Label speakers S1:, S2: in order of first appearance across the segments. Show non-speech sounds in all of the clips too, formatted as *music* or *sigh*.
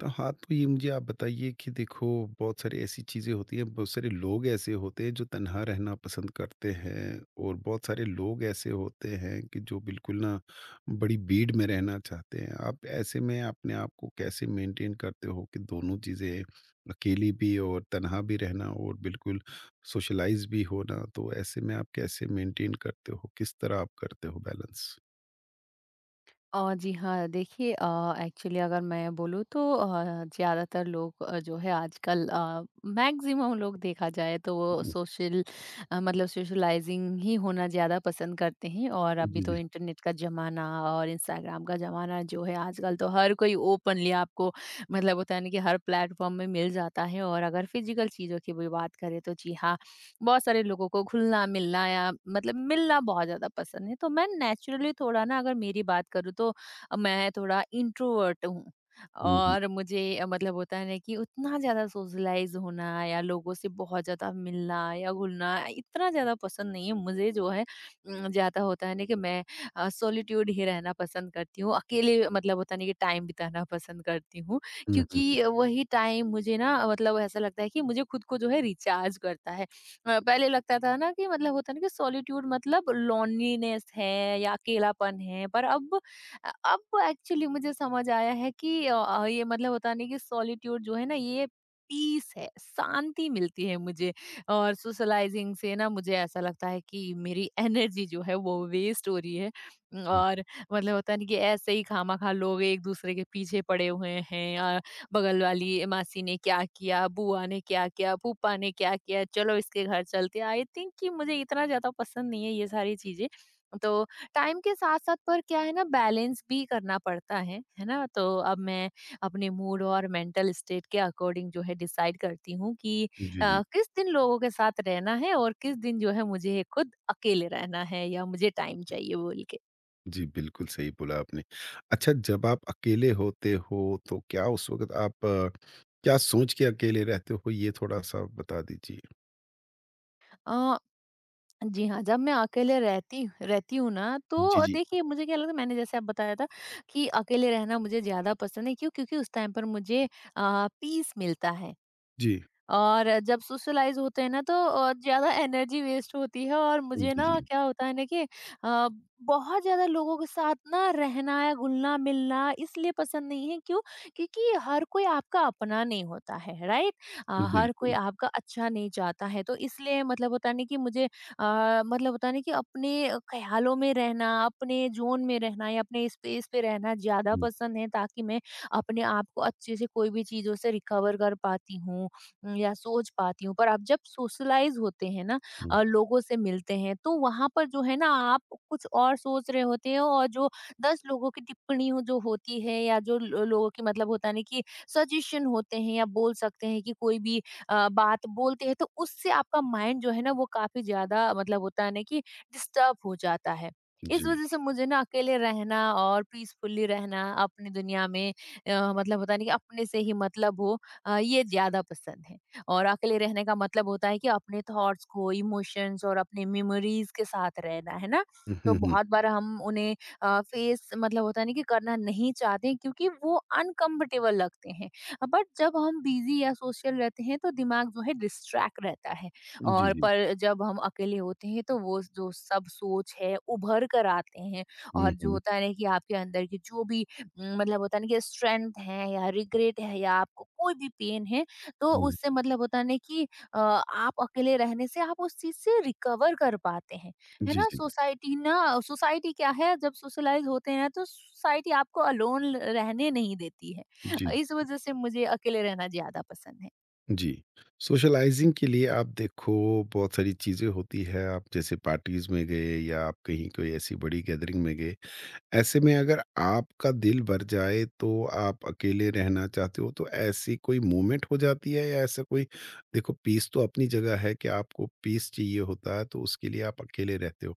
S1: तो हाँ, तो ये मुझे आप बताइए कि देखो, बहुत सारी ऐसी चीज़ें होती हैं। बहुत सारे लोग ऐसे होते हैं जो तन्हा रहना पसंद करते हैं और बहुत सारे लोग ऐसे होते हैं कि जो बिल्कुल ना बड़ी भीड़ में रहना चाहते हैं। आप ऐसे में अपने आप को कैसे मेंटेन करते हो कि दोनों चीज़ें, अकेली भी और तन्हा भी रहना और बिल्कुल सोशलाइज़ भी होना? तो ऐसे में आप कैसे मेंटेन करते हो? किस तरह आप करते हो बैलेंस?
S2: जी हाँ, देखिए एक्चुअली अगर मैं बोलूँ तो ज़्यादातर लोग जो है आजकल मैक्सिमम लोग देखा जाए तो वो
S1: हुँ,
S2: सोशल मतलब सोशलाइजिंग ही होना ज़्यादा पसंद करते हैं और अभी
S1: जी,
S2: तो
S1: जी।
S2: इंटरनेट का ज़माना और इंस्टाग्राम का ज़माना जो है आजकल तो हर कोई ओपनली आपको मतलब होता है ना कि हर प्लेटफॉर्म में मिल जाता है। और अगर फिजिकल चीज़ों की भी बात करें तो जी हाँ, बहुत सारे लोगों को घुलना-मिलना या मतलब मिलना बहुत ज़्यादा पसंद है। तो मैं नेचुरली थोड़ा ना अगर मेरी बात करूँ तो मैं थोड़ा इंट्रोवर्ट हूँ
S1: हुँ, हुँ।
S2: और मुझे मतलब होता है ना कि उतना ज़्यादा सोशलाइज़ होना या लोगों से बहुत ज़्यादा मिलना या घुलना इतना ज़्यादा पसंद नहीं है। मुझे जो है ज़्यादा होता है ना कि मैं सॉलिट्यूड ही रहना पसंद करती हूँ। अकेले मतलब होता नहीं कि टाइम बिताना पसंद करती हूँ,
S1: हुँ, हुँ,
S2: क्योंकि वही टाइम मुझे ना मतलब ऐसा लगता है कि मुझे खुद को जो है रिचार्ज करता है। पहले लगता था ना कि मतलब होता है ना कि सॉलिट्यूड मतलब लोनलीनेस है या अकेलापन है, पर अब एक्चुअली मुझे समझ आया है कि ये मतलब होता नहीं कि सॉलिट्यूड जो है ना ये पीस है, शांति मिलती है मुझे। और सोशलाइजिंग से ना मुझे ऐसा लगता है कि मेरी एनर्जी जो है वो वेस्ट हो रही है
S1: हुँ।
S2: और मतलब होता नहीं कि ऐसे ही खामा खा लोग एक दूसरे के पीछे पड़े हुए हैं। बगल वाली मासी ने क्या किया, बुआ ने क्या किया, फूफा ने क्या किया, चलो इसके घर चलते हैं। आई थिंक कि मुझे इतना ज़्यादा पसंद नहीं है ये सारी चीज़ें। तो टाइम के साथ-साथ पर क्या है ना बैलेंस भी करना पड़ता है ना? तो अब मैं अपने मूड और मेंटल स्टेट के अकॉर्डिंग जो है डिसाइड करती हूँ कि
S1: जी, जी।
S2: किस दिन लोगों के साथ रहना है और किस दिन जो है मुझे खुद अकेले रहना है या मुझे टाइम चाहिए बोल के।
S1: जी, बिल्कुल सही बोला आपने। अच्छा, जब आप अकेले होते हो तो क्या उस वक़्त आप क्या सोच के अकेले रहते हो? ये थोड़ा-सा बता दीजिए।
S2: अ, जी हाँ, जब मैं अकेले रहती रहती हूँ ना,
S1: जी,
S2: तो
S1: जी।
S2: देखिए मुझे क्या लगता है मैंने जैसे अब बताया था कि अकेले रहना मुझे ज़्यादा पसंद है। क्यों? क्योंकि उस टाइम पर मुझे पीस मिलता है।
S1: जी।
S2: और जब सोशलाइज होते हैं ना तो ज़्यादा एनर्जी वेस्ट होती है। और मुझे
S1: जी,
S2: ना
S1: जी।
S2: क्या होता है ना कि अ, बहुत ज़्यादा लोगों के साथ ना रहना या घुलना-मिलना इसलिए पसंद नहीं है। क्यों? क्योंकि हर कोई आपका अपना नहीं होता है, राइट? हर कोई
S1: बिल्कुल।
S2: आपका अच्छा नहीं चाहता है, तो इसलिए मतलब होता नहीं कि मुझे मतलब होता नहीं कि अपने ख़्यालों में रहना, अपने ज़ोन में रहना या अपने स्पेस पे रहना ज़्यादा
S1: हुँ,
S2: पसंद है, ताकि मैं अपने आप को अच्छे से कोई भी चीज़ों से रिकवर कर पाती हूँ। या सोच पाती हूँ। पर आप जब सोशलाइज़ होते हैं ना,
S1: हुँ।
S2: लोगों से मिलते हैं, तो वहाँ पर जो है ना आप कुछ और सोच रहे होते हो और जो 10 लोगों की टिप्पणी हो जो होती है या जो लो लोगों की मतलब होता है ना कि सजेशन होते हैं या बोल सकते हैं कि कोई भी बात बोलते हैं, तो उससे आपका माइंड जो है ना वो काफ़ी ज़्यादा मतलब होता है ना कि डिस्टर्ब हो जाता है। इस
S1: जी।
S2: वज़ह से मुझे ना अकेले रहना और पीसफुली रहना अपनी दुनिया में मतलब होता नहीं कि अपने से ही मतलब हो ये ज़्यादा पसंद है। और अकेले रहने का मतलब होता है कि अपने थॉट्स को, इमोशंस और अपने मेमोरीज के साथ रहना, है ना?
S1: हुँ,
S2: तो
S1: हुँ।
S2: बहुत बार हम उन्हें फेस मतलब होता है ना कि करना नहीं चाहते हैं, क्योंकि वो अनकम्फर्टेबल लगते हैं। बट जब हम बिज़ी या सोशल रहते हैं तो दिमाग जो है डिस्ट्रैक्ट रहता है
S1: जी,
S2: और
S1: जी।
S2: पर जब हम अकेले होते हैं तो वो जो सब सोच है उभर कर आते हैं।
S1: हुँ,
S2: और जो
S1: हुँ।
S2: होता है ना कि आपके अंदर की जो भी मतलब होता है ना कि स्ट्रेंथ है या रिग्रेट है या आपको कोई भी पेन है, तो
S1: हुँ।
S2: उससे मतलब होता है ना कि आप अकेले रहने से आप उस चीज़ से रिकवर कर पाते हैं। है
S1: जी,
S2: ना?
S1: जी, जी।
S2: सोसाइटी क्या है, जब सोशलाइज़ होते हैं ना तो सोसाइटी आपको अलोन ल रहने नहीं देती है।
S1: जी,
S2: इस वज़ह से मुझे अकेले रहना ज़्यादा पसंद है।
S1: जी। सोशलाइज़िंग के लिए आप देखो, बहुत सारी चीज़ें होती है। आप जैसे पार्टीज़ में गए या आप कहीं कोई ऐसी बड़ी गैदरिंग में गए, ऐसे में अगर आपका दिल भर जाए तो आप अकेले रहना चाहते हो। तो ऐसी कोई मोमेंट हो जाती है या ऐसा कोई, देखो पीस तो अपनी जगह है कि आपको पीस चाहिए होता है, तो उसके लिए आप अकेले रहते हो।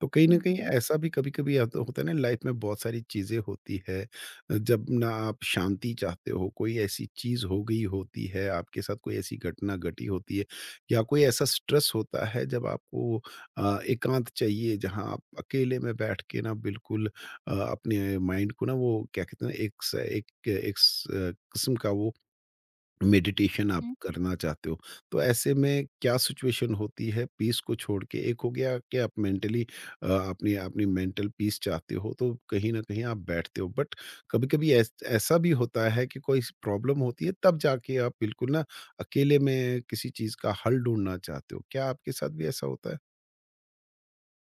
S1: तो कहीं न
S2: हुँ,
S1: कहीं
S2: हुँ।
S1: ऐसा भी कभी-कभी आता होता होता है ना, लाइफ में बहुत सारी चीज़ें होती है, जब ना आप शांति चाहते हो। कोई ऐसी चीज़ हो गई होती है, आपके साथ कोई ऐसी घटना घटी होती है या कोई ऐसा स्ट्रेस होता है जब आपको एकांत चाहिए, जहाँ आप अकेले में बैठ के ना बिल्कुल अपने माइंड को, ना वो क्या कहते हैं ना, एक स एक एक स अ, किस्म का वो मेडिटेशन आप
S2: हुँ।
S1: करना चाहते हो। तो ऐसे में क्या सिचुएशन होती है पीस को छोड़ के? एक हो गया कि आप मेंटली अपनी अपनी मेंटल पीस चाहते हो, तो कहीं न कहीं आप बैठते हो। बट कभी-कभी ऐस ऐसा भी होता है कि कोई स प्रॉब्लम होती है, तब जाके आप बिल्कुल ना अकेले में किसी चीज़ का हल ढूँढना चाहते हो। क्या आपके साथ भी ऐसा होता है?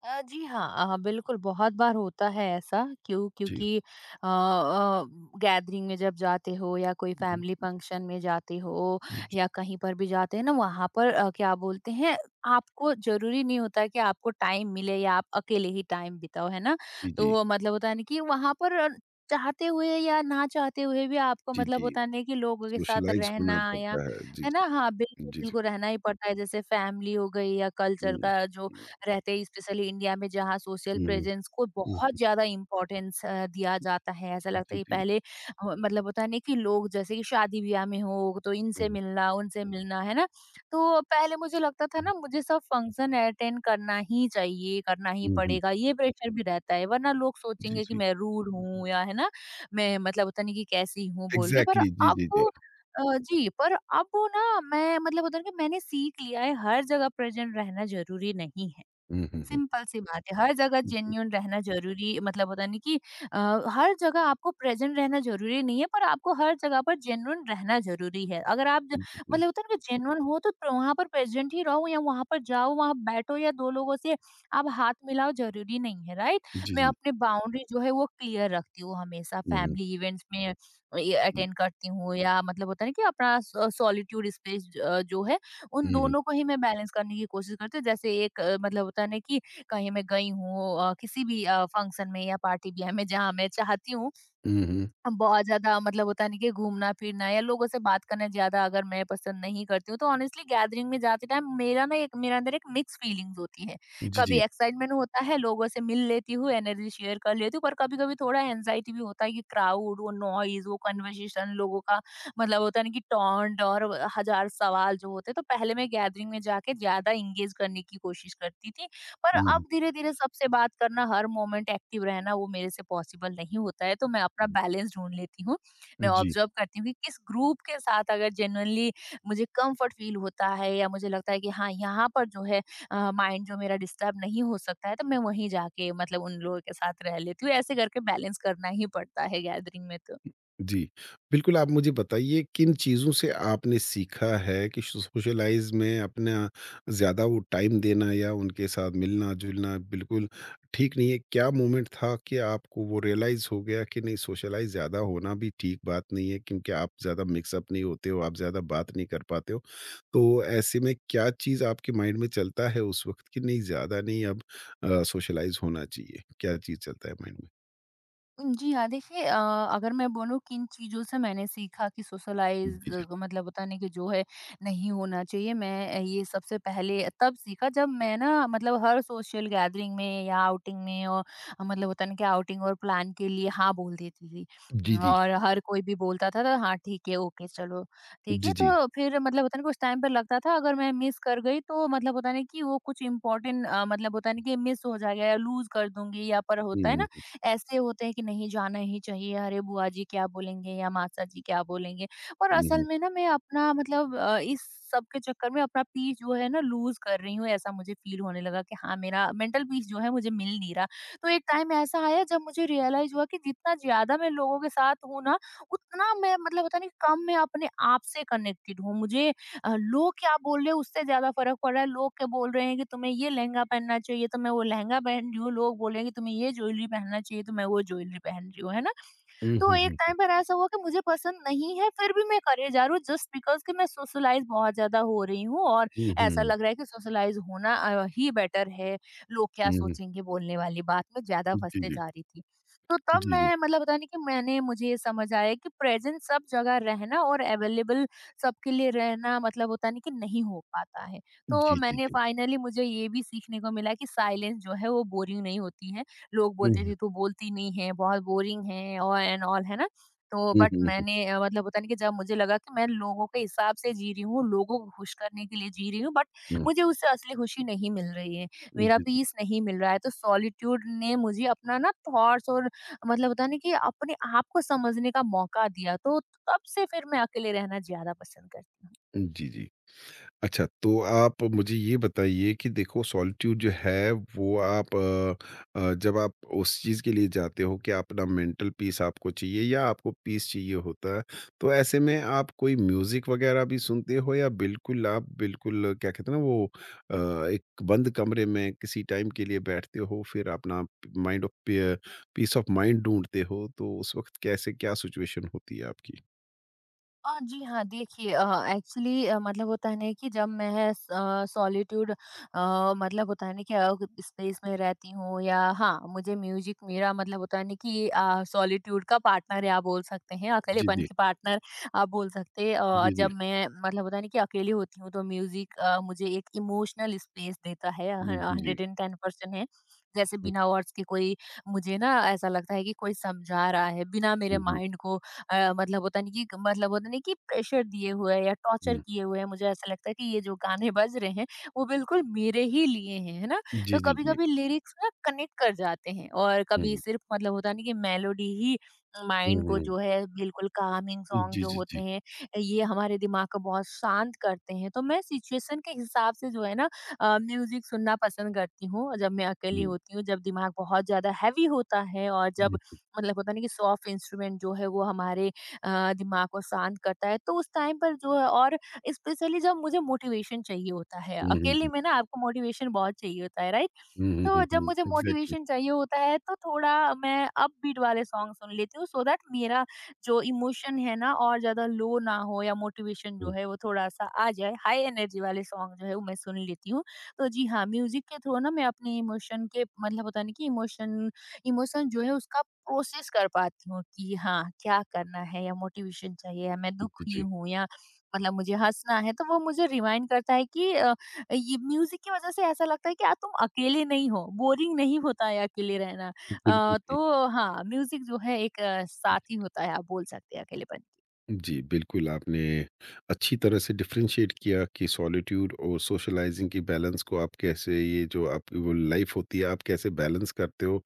S2: जी हाँ, बिल्कुल बहुत बार होता है ऐसा। क्यों?
S1: जी।
S2: क्योंकि गैदरिंग में जब जाते हो या कोई फैमिली फंक्शन में जाते हो
S1: जी,
S2: या कहीं पर भी जाते हैं ना, वहाँ पर क्या बोलते हैं, आपको ज़रूरी नहीं होता कि आपको टाइम मिले या आप अकेले ही टाइम बिताओ, है ना?
S1: जी, जी,
S2: तो
S1: जी,
S2: वो मतलब होता है ना कि वहाँ पर चाहते हुए या ना चाहते हुए भी आपको
S1: जी,
S2: मतलब
S1: जी।
S2: होता नहीं कि लोगों के साथ
S1: सोशलाइज़
S2: रहना
S1: होना
S2: या
S1: पड़ता है। जी,
S2: है ना?
S1: जी।
S2: हाँ, बिल्कुल,
S1: जी, जी।
S2: बिल्कुल रहना ही पड़ता है, जैसे फैमिली हो गई या कल्चर
S1: हुँ,
S2: का जो
S1: हुँ,
S2: रहते हैं, स्पेशली इंडिया में, जहाँ सोशल
S1: हुँ, हुँ।
S2: प्रेजेंस को बहुत ज़्यादा इम्पोर्टेंस दिया जाता है। ऐसा लगता
S1: जी,
S2: है कि
S1: जी।
S2: पहले ह मतलब होता है ना कि लोग जैसे कि शादी-ब्याह में हो, तो इनसे
S1: हुँ,
S2: मिलना, उनसे मिलना, है ना? तो पहले मुझे लगता था
S1: हुँ,
S2: ना मुझे सब फंक्शन अटेंड करना ही चाहिए, करना ही
S1: हुँ, हुँ।
S2: पड़ेगा, ये प्रेशर भी रहता है, वरना लोग
S1: जी,
S2: सोचेंगे कि
S1: जी।
S2: मैं रूड हूँ या है ना, मैं मतलब होता नहीं कि कैसी हूँ बोल के। पर
S1: एग्ज़ैक्टली, जी,
S2: अब
S1: जी, जी।
S2: जी, पर अब वो ना मैं मतलब होता है कि मैंने सीख लिया है हर जगह प्रेजेंट रहना ज़रूरी नहीं है।
S1: हुँ, हुँ, हुँ।
S2: सिंपल सी बात है, हर जगह
S1: जी,
S2: जेन्युइन रहना ज़रूरी मतलब होता नहीं कि अ, हर जगह आपको प्रेज़ेंट रहना ज़रूरी नहीं है, पर आपको हर जगह पर जेन्युइन रहना ज़रूरी है। अगर आप ज
S1: जी,
S2: मतलब होता है ना कि जेन्युइन हो तो प्र वहाँ पर प्रेज़ेंट ही रहो या वहाँ पर जाओ, वहाँ बैठो या 2 लोगों से आप हाथ मिलाओ ज़रूरी नहीं है, राइट?
S1: जी,
S2: मैं
S1: जी।
S2: अपने बाउंड्री जो है वो क्लियर रखती हूँ हमेशा।
S1: हुँ, हुँ,
S2: फैमिली इवेंट्स में ये
S1: हुँ,
S2: अटेंड करती हूँ या मतलब होता है ना कि अपना सॉलिट्यूड स्पेस जो है, उन
S1: हुँ,
S2: दोनों को ही मैं बैलेंस करने की कोशिश करती हूँ। जैसे एक मतलब होता है ना कि कहीं मैं गई हूँ किसी भी फंक्शन में या पार्टी भी है, मैं जहाँ मैं चाहती हूँ
S1: हुँ, हुँ, हुँ।
S2: हम बहुत ज़्यादा मतलब होता नहीं कि घूमना-फिरना या लोगों से बात करना ज़्यादा अगर मैं पसंद नहीं करती हूँ, तो ऑनेस्टली गैदरिंग में जाते टाइम मेरा ना एक मेरे अंदर एक मिक्स फीलिंग्स होती है।
S1: जी,
S2: कभी
S1: जी।
S2: एक्साइटमेंट होता है, लोगों से मिल लेती हूँ, एनर्जी शेयर कर लेती हूँ, पर कभी-कभी थोड़ा एंग्ज़ायटी भी होता है कि क्राउड, वो नॉइज़, वो कन्वर्सेशन, लोगों का मतलब होता है ना कि टॉन्ट और हज़ार सवाल जो होते हैं, तो पहले मैं गैदरिंग में जाके ज़्यादा एंगेज करने की कोशिश करती थी। पर
S1: हुँ, हुँ,
S2: अब धीरे-धीरे सबसे बात करना, हर मोमेंट एक्टिव रहना वो मेरे से पॉसिबल नहीं होता है, तो मैं अपना
S1: हुँ।
S2: बैलेंस ढूँढ लेती हूँ। मैं
S1: जी।
S2: ऑब्जर्व करती हूँ कि किस ग्रुप के साथ अगर जेनुइनली मुझे कम्फर्ट फील होता है या मुझे लगता है कि हाँ, यहाँ पर जो है माइंड जो मेरा डिस्टर्ब नहीं हो सकता है, तो मैं वहीं जाके मतलब उन लोगों के साथ रह लेती हूँ। ऐसे करके बैलेंस करना ही पड़ता है गैदरिंग में तो।
S1: जी, बिल्कुल। आप मुझे बताइए किन चीज़ों से आपने सीखा है कि सोशलाइज़ में अपना ज़्यादा वो टाइम देना या उनके साथ मिलना-जुलना बिल्कुल ठीक नहीं है? क्या मोमेंट था कि आपको वो रियलाइज़ हो गया कि नहीं, सोशलाइज़ ज़्यादा होना भी ठीक बात नहीं है, क्योंकि आप ज़्यादा मिक्स अप नहीं होते हो, आप ज़्यादा बात नहीं कर पाते हो? तो ऐसे में क्या चीज़ आपके माइंड में चलता है उस वक़्त, कि नहीं ज़्यादा नहीं, अब सोशलाइज़ होना चाहिए? क्या चीज़ चलता है माइंड में?
S2: जी हाँ, देखिए अगर मैं बोलूँ किन चीज़ों से मैंने सीखा कि सोशलाइज़
S1: जी, जी।
S2: मतलब होता है ना कि जो है नहीं होना चाहिए, मैं ये सबसे पहले तब सीखा जब मैं ना मतलब हर सोशल गैदरिंग में या आउटिंग में और मतलब होता है ना कि आउटिंग और प्लान के लिए हाँ बोल देती थी।
S1: जी, जी।
S2: और हर कोई भी बोलता था तो हाँ ठीक है, ओके चलो ठीक
S1: जी,
S2: है।
S1: जी।
S2: तो फिर मतलब होता है ना कि उस टाइम पे लगता था अगर मैं मिस कर गई तो मतलब होता है ना कि वो कुछ इम्पोर्टेंट मतलब होता है ना कि मिस हो जाएगा या लूज़ कर दूँगी या पर होता है
S1: हुँ,
S2: ना
S1: हुँ।
S2: ऐसे होते हैं कि नहीं जाना ही चाहिए, अरे बुआ जी क्या बोलेंगे या मासा जी क्या बोलेंगे? और
S1: हुँ,
S2: असल
S1: हुँ।
S2: में ना मैं अपना मतलब इस सब के चक्कर में अपना पीस जो है ना लूज़ कर रही हूँ, ऐसा मुझे फ़ील होने लगा कि हाँ, मेरा मेंटल पीस जो है मुझे मिल नहीं रहा। तो एक टाइम ऐसा आया जब मुझे रियलाइज़ हुआ कि जितना ज़्यादा मैं लोगों के साथ हूँ ना, उतना मैं मतलब पता नहीं कम मैं अपने आप से कनेक्टेड हूँ। मुझे लोग क्या बोल रहे हैं उससे ज़्यादा फ़र्क पड़ रहा है। लोग क्या बोल रहे हैं कि तुम्हें ये लहंगा पहनना चाहिए, तो मैं वो लहंगा पहन रही हूँ। लोग बोल रहे हैं कि तुम्हें ये ज्वेलरी पहनना चाहिए, तो मैं वो ज्वेलरी पहन रही हूँ, है ना?
S1: हुँ,
S2: तो
S1: हुँ,
S2: एक
S1: हुँ।
S2: टाइम पर ऐसा हुआ कि मुझे पसंद नहीं है फिर भी मैं करे जा रही हूँ जस्ट बिकॉज़ कि मैं सोशलाइज़ बहुत ज़्यादा हो रही हूँ और
S1: हुँ,
S2: ऐसा
S1: हुँ।
S2: लग रहा है कि सोशलाइज़ होना ही बेटर है, लोग क्या
S1: हुँ, हुँ।
S2: सोचेंगे बोलने वाली बात में ज़्यादा
S1: जी,
S2: फँसते
S1: जी।
S2: जा रही थी। तो तब
S1: जी, जी।
S2: मैं मतलब पता नहीं कि मैंने मुझे ये समझ आया कि प्रेज़ेंट सब जगह रहना और अवेलेबल सबके लिए रहना मतलब होता नहीं कि नहीं हो पाता है। तो
S1: जी, जी,
S2: मैंने
S1: जी।
S2: फाइनली मुझे ये भी सीखने को मिला कि साइलेंस जो है वो बोरिंग नहीं होती है। लोग
S1: हुँ,
S2: बोलते
S1: हुँ।
S2: थे तू बोलती नहीं है, बहुत बोरिंग है और एंड ऑल है ना? तो
S1: हुँ,
S2: बट
S1: हुँ, हुँ।
S2: मैंने मतलब होता नहीं कि जब मुझे लगा कि मैं लोगों के हिसाब से जी रही हूँ, लोगों को खुश करने के लिए जी रही हूँ बट
S1: हुँ।
S2: मुझे उससे असली खुशी नहीं मिल रही है, मेरा
S1: जी, जी।
S2: पीस नहीं मिल रहा है। तो सॉलिट्यूड ने मुझे अपना ना थॉट्स और मतलब होता है ना कि अपने आप को समझने का मौका दिया। तो तब से फिर मैं अकेले रहना ज़्यादा पसंद करती हूँ।
S1: जी, जी। अच्छा, तो आप मुझे ये बताइए कि देखो, सॉलिट्यूड जो है वो आप जब आप उस चीज़ के लिए जाते हो कि अपना मेंटल पीस आपको चाहिए या आपको पीस चाहिए होता है, तो ऐसे में आप कोई म्यूज़िक वग़ैरह भी सुनते हो, या बिल्कुल आप बिल्कुल क्या कहते हैं ना वो, अ, एक बंद कमरे में किसी टाइम के लिए बैठते हो, फिर अपना माइंड ऑफ पी पीस ऑफ माइंड ढूँढते हो? तो उस वक़्त कैसे क्या सिचुएशन होती है आपकी?
S2: जी हाँ, देखिए एक्चुअली मतलब होता है ना कि जब मैं सॉलिट्यूड मतलब होता है ना कि स्पेस में रहती हूँ या हाँ, मुझे म्यूज़िक मेरा मतलब होता है ना कि सॉलिट्यूड का पार्टनर है आप बोल सकते हैं,
S1: जी,
S2: अकेलेपन
S1: जी।
S2: की पार्टनर आप बोल सकते हैं।
S1: जी, जी।
S2: जब मैं मतलब होता है ना कि अकेली होती हूँ तो म्यूज़िक मुझे एक इमोशनल स्पेस देता है ह
S1: जी, जी।
S2: 110% है। जैसे
S1: हुँ,
S2: बिना वर्ड्स के कोई मुझे ना ऐसा लगता है कि कोई समझा रहा है, बिना मेरे
S1: हुँ, हुँ।
S2: माइंड को मतलब होता नहीं कि प्रेशर दिए हुए हैं या टॉर्चर
S1: हुँ।
S2: किए हुए हैं, मुझे ऐसा लगता है कि ये जो गाने बज रहे हैं वो बिल्कुल मेरे ही लिए हैं, है ना।
S1: जी,
S2: तो
S1: जी,
S2: कभी
S1: जी।
S2: कभी लिरिक्स ना कनेक्ट कर जाते हैं और कभी
S1: हुँ,
S2: सिर्फ मतलब होता नहीं कि मेलोडी ही
S1: हुँ,
S2: माइंड
S1: हुँ,
S2: को
S1: हुँ।
S2: जो है, बिल्कुल कामिंग सॉन्ग
S1: जी,
S2: जो
S1: जी,
S2: होते
S1: जी।
S2: हैं ये हमारे दिमाग को बहुत शांत करते हैं। तो मैं सिचुएशन के हिसाब से जो है ना म्यूजिक सुनना पसंद करती हूँ, जब मैं अकेली
S1: हुँ,
S2: होती हूँ, जब दिमाग बहुत ज्यादा हैवी होता है और
S1: हुँ,
S2: जब मतलब होता है ना कि सॉफ्ट इंस्ट्रूमेंट जो है वो हमारे दिमाग को शांत करता है, तो उस टाइम पर जो है। और स्पेशली जब मुझे मोटिवेशन चाहिए होता है,
S1: हुँ, हुँ,
S2: अकेले
S1: हुँ।
S2: में ना आपको मोटिवेशन बहुत चाहिए होता है, राइट।
S1: हुँ, हुँ, हुँ,
S2: तो जब
S1: हुँ।
S2: मुझे
S1: एग्ज़ैक्टली,
S2: मोटिवेशन चाहिए होता है तो थोड़ा मैं अपबीट वाले सॉन्ग सुन लेती हूँ, सो दैट मेरा जो इमोशन है ना और ज्यादा लो ना हो, या मोटिवेशन जो
S1: हुँ,
S2: है वो थोड़ा सा आ जाए, हाई एनर्जी वाले सॉन्ग जो है वो मैं सुन लेती हूँ। तो जी हाँ, म्यूजिक के थ्रू ना मैं अपने इमोशन के मतलब होता नहीं कि इमोशन इमोशन जो है उसका प्रोसेस कर पाती हूँ कि हाँ क्या करना है, या मोटिवेशन चाहिए या मैं
S1: जी,
S2: दुखी
S1: जी।
S2: हूँ या मतलब मुझे हंसना है, तो वो मुझे रिमाइंड करता है कि ये म्यूजिक की वजह से ऐसा लगता है कि यार तुम अकेले नहीं हो, बोरिंग नहीं होता है अकेले रहना।
S1: बिल्कुल सही।
S2: तो हाँ, म्यूजिक जो है एक साथी होता है, आप बोल सकते हैं अकेलेपन की।
S1: जी, बिल्कुल आपने अच्छी तरह से डिफ़रेंशिएट किया कि सॉलिट्यूड और सोशलाइज़िंग की बैलेंस को आप कैसे, ये जो आपकी वो लाइफ़ होती है, आप कैसे बैलेंस करते हो?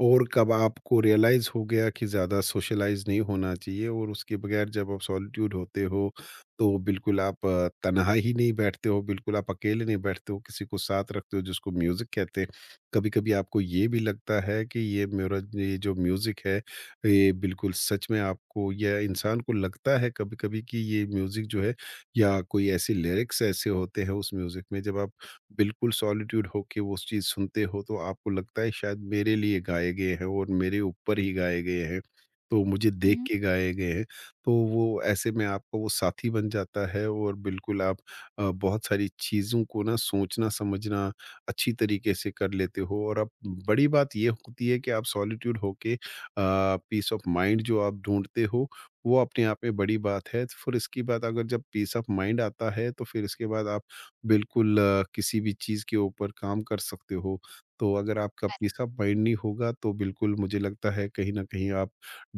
S1: और कब आपको रियलाइज़ हो गया कि ज़्यादा सोशलाइज़ नहीं होना चाहिए। और उसके बगैर जब आप सॉलिट्यूड होते हो, तो बिल्कुल आप तन्हा ही नहीं बैठते हो, बिल्कुल आप अकेले नहीं बैठते हो, किसी को साथ रखते हो जिसको म्यूज़िक कहते हैं। कभी-कभी आपको ये भी लगता है कि ये मेरा ये जो म्यूज़िक है, ये बिल्कुल सच में आपको या इंसान को लगता है कभी-कभी कि ये म्यूज़िक जो है, या कोई ऐसे लिरिक्स ऐसे होते हैं उस म्यूज़िक में, जब आप बिल्कुल सॉलिट्यूड होके वो उस चीज़ सुनते हो, तो आपको लगता है शायद मेरे लिए गाए गए हैं और मेरे ऊपर ही गाए गए हैं। तो मुझे देख
S2: हुँ,
S1: के गाए गए हैं। तो वो ऐसे में आपका वो साथी बन जाता है और बिल्कुल आप बहुत सारी चीज़ों को ना सोचना-समझना अच्छी तरीके से कर लेते हो। और अब बड़ी बात ये होती है कि आप सॉलिट्यूड होके अ, पीस ऑफ माइंड जो आप ढूँढते हो, वो अपने आप में बड़ी बात है। तो फिर इसके बाद अगर जब पीस ऑफ माइंड आता है, तो फिर इसके बाद आप बिल्कुल किसी भी चीज़ के ऊपर काम कर सकते हो। तो अगर आपका
S2: करेक्ट,
S1: पीस ऑफ माइंड नहीं होगा, तो बिल्कुल मुझे लगता है कहीं न कहीं आप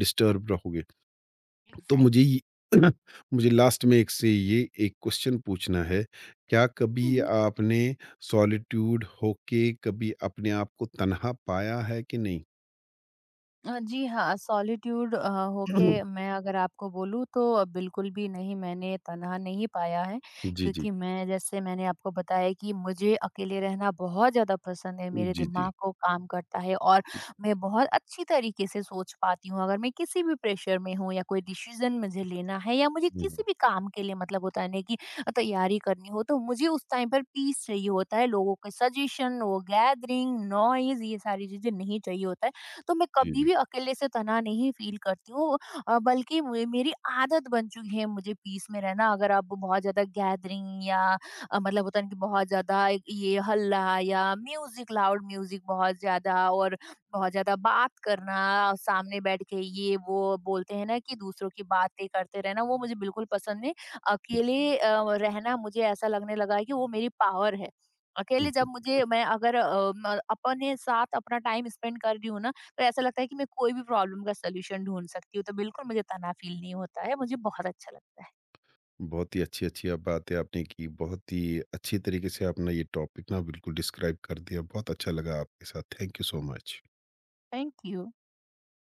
S1: डिस्टर्ब रहोगे। तो मुझे
S2: एग्ज़ैक्टली।
S1: ये *clears throat* मुझे लास्ट में एक से ये एक क्वेश्चन पूछना है। क्या
S2: हुँ,
S1: कभी
S2: हुँ।
S1: आपने सॉलिट्यूड होके कभी अपने आप को तन्हा पाया है कि नहीं?
S2: जी हाँ, सॉलिट्यूड होके
S1: *clears throat*
S2: मैं अगर आपको बोलूँ तो बिल्कुल भी नहीं, मैंने तन्हा नहीं पाया है,
S1: जी, जी।
S2: क्योंकि मैं जैसे मैंने आपको बताया कि मुझे अकेले रहना बहुत ज़्यादा पसंद है, मेरे
S1: जी, जी।
S2: दिमाग को काम करता है और मैं बहुत अच्छी तरीके से सोच पाती हूँ। अगर मैं किसी भी प्रेशर में हूँ या कोई डिसीज़न मुझे लेना है या मुझे
S1: हुँ,
S2: किसी
S1: हुँ।
S2: भी काम के लिए मतलब होता है ना कि तैयारी करनी हो, तो मुझे उस टाइम पर पीस चाहिए होता है, लोगों के सजेशन, वो गैदरिंग, नॉइज़, ये सारी चीज़ें नहीं चाहिए होता है। तो मैं
S1: जी,
S2: कभी
S1: जी।
S2: भी अकेले से तनाव नहीं फील करती हूँ, बल्कि मुझे मेरी आदत बन चुकी है मुझे पीस में रहना। अगर आप बहुत ज्यादा गैदरिंग या मतलब होता है ना कि बहुत ज्यादा एक ये हल्ला या म्यूजिक, लाउड म्यूजिक बहुत ज्यादा और बहुत ज्यादा बात करना, सामने बैठ के ये वो बोलते हैं ना कि दूसरों की बातें करते रहना, वो मुझे बिल्कुल पसंद नहीं। अकेले रहना मुझे ऐसा लगने लगा है कि वो मेरी पावर है।
S1: हुँ,
S2: अकेले जब
S1: जी।
S2: मुझे मैं अगर अपने साथ अपना टाइम स्पेंड कर रही हूँ ना, तो ऐसा लगता है कि मैं कोई भी प्रॉब्लम का सॉल्यूशन ढूंढ सकती हूँ, तो बिल्कुल मुझे तनाव फील नहीं होता है, मुझे बहुत अच्छा लगता है।
S1: बहुत ही अच्छी-अच्छी आप बातें आपने की। बहुत ही अच्छी तरीके से आपने ये टॉपिक ना बिल्कुल डिस्क्राइब कर दिया। बहुत अच्छा लगा आपके साथ। Thank you so much.
S2: Thank you.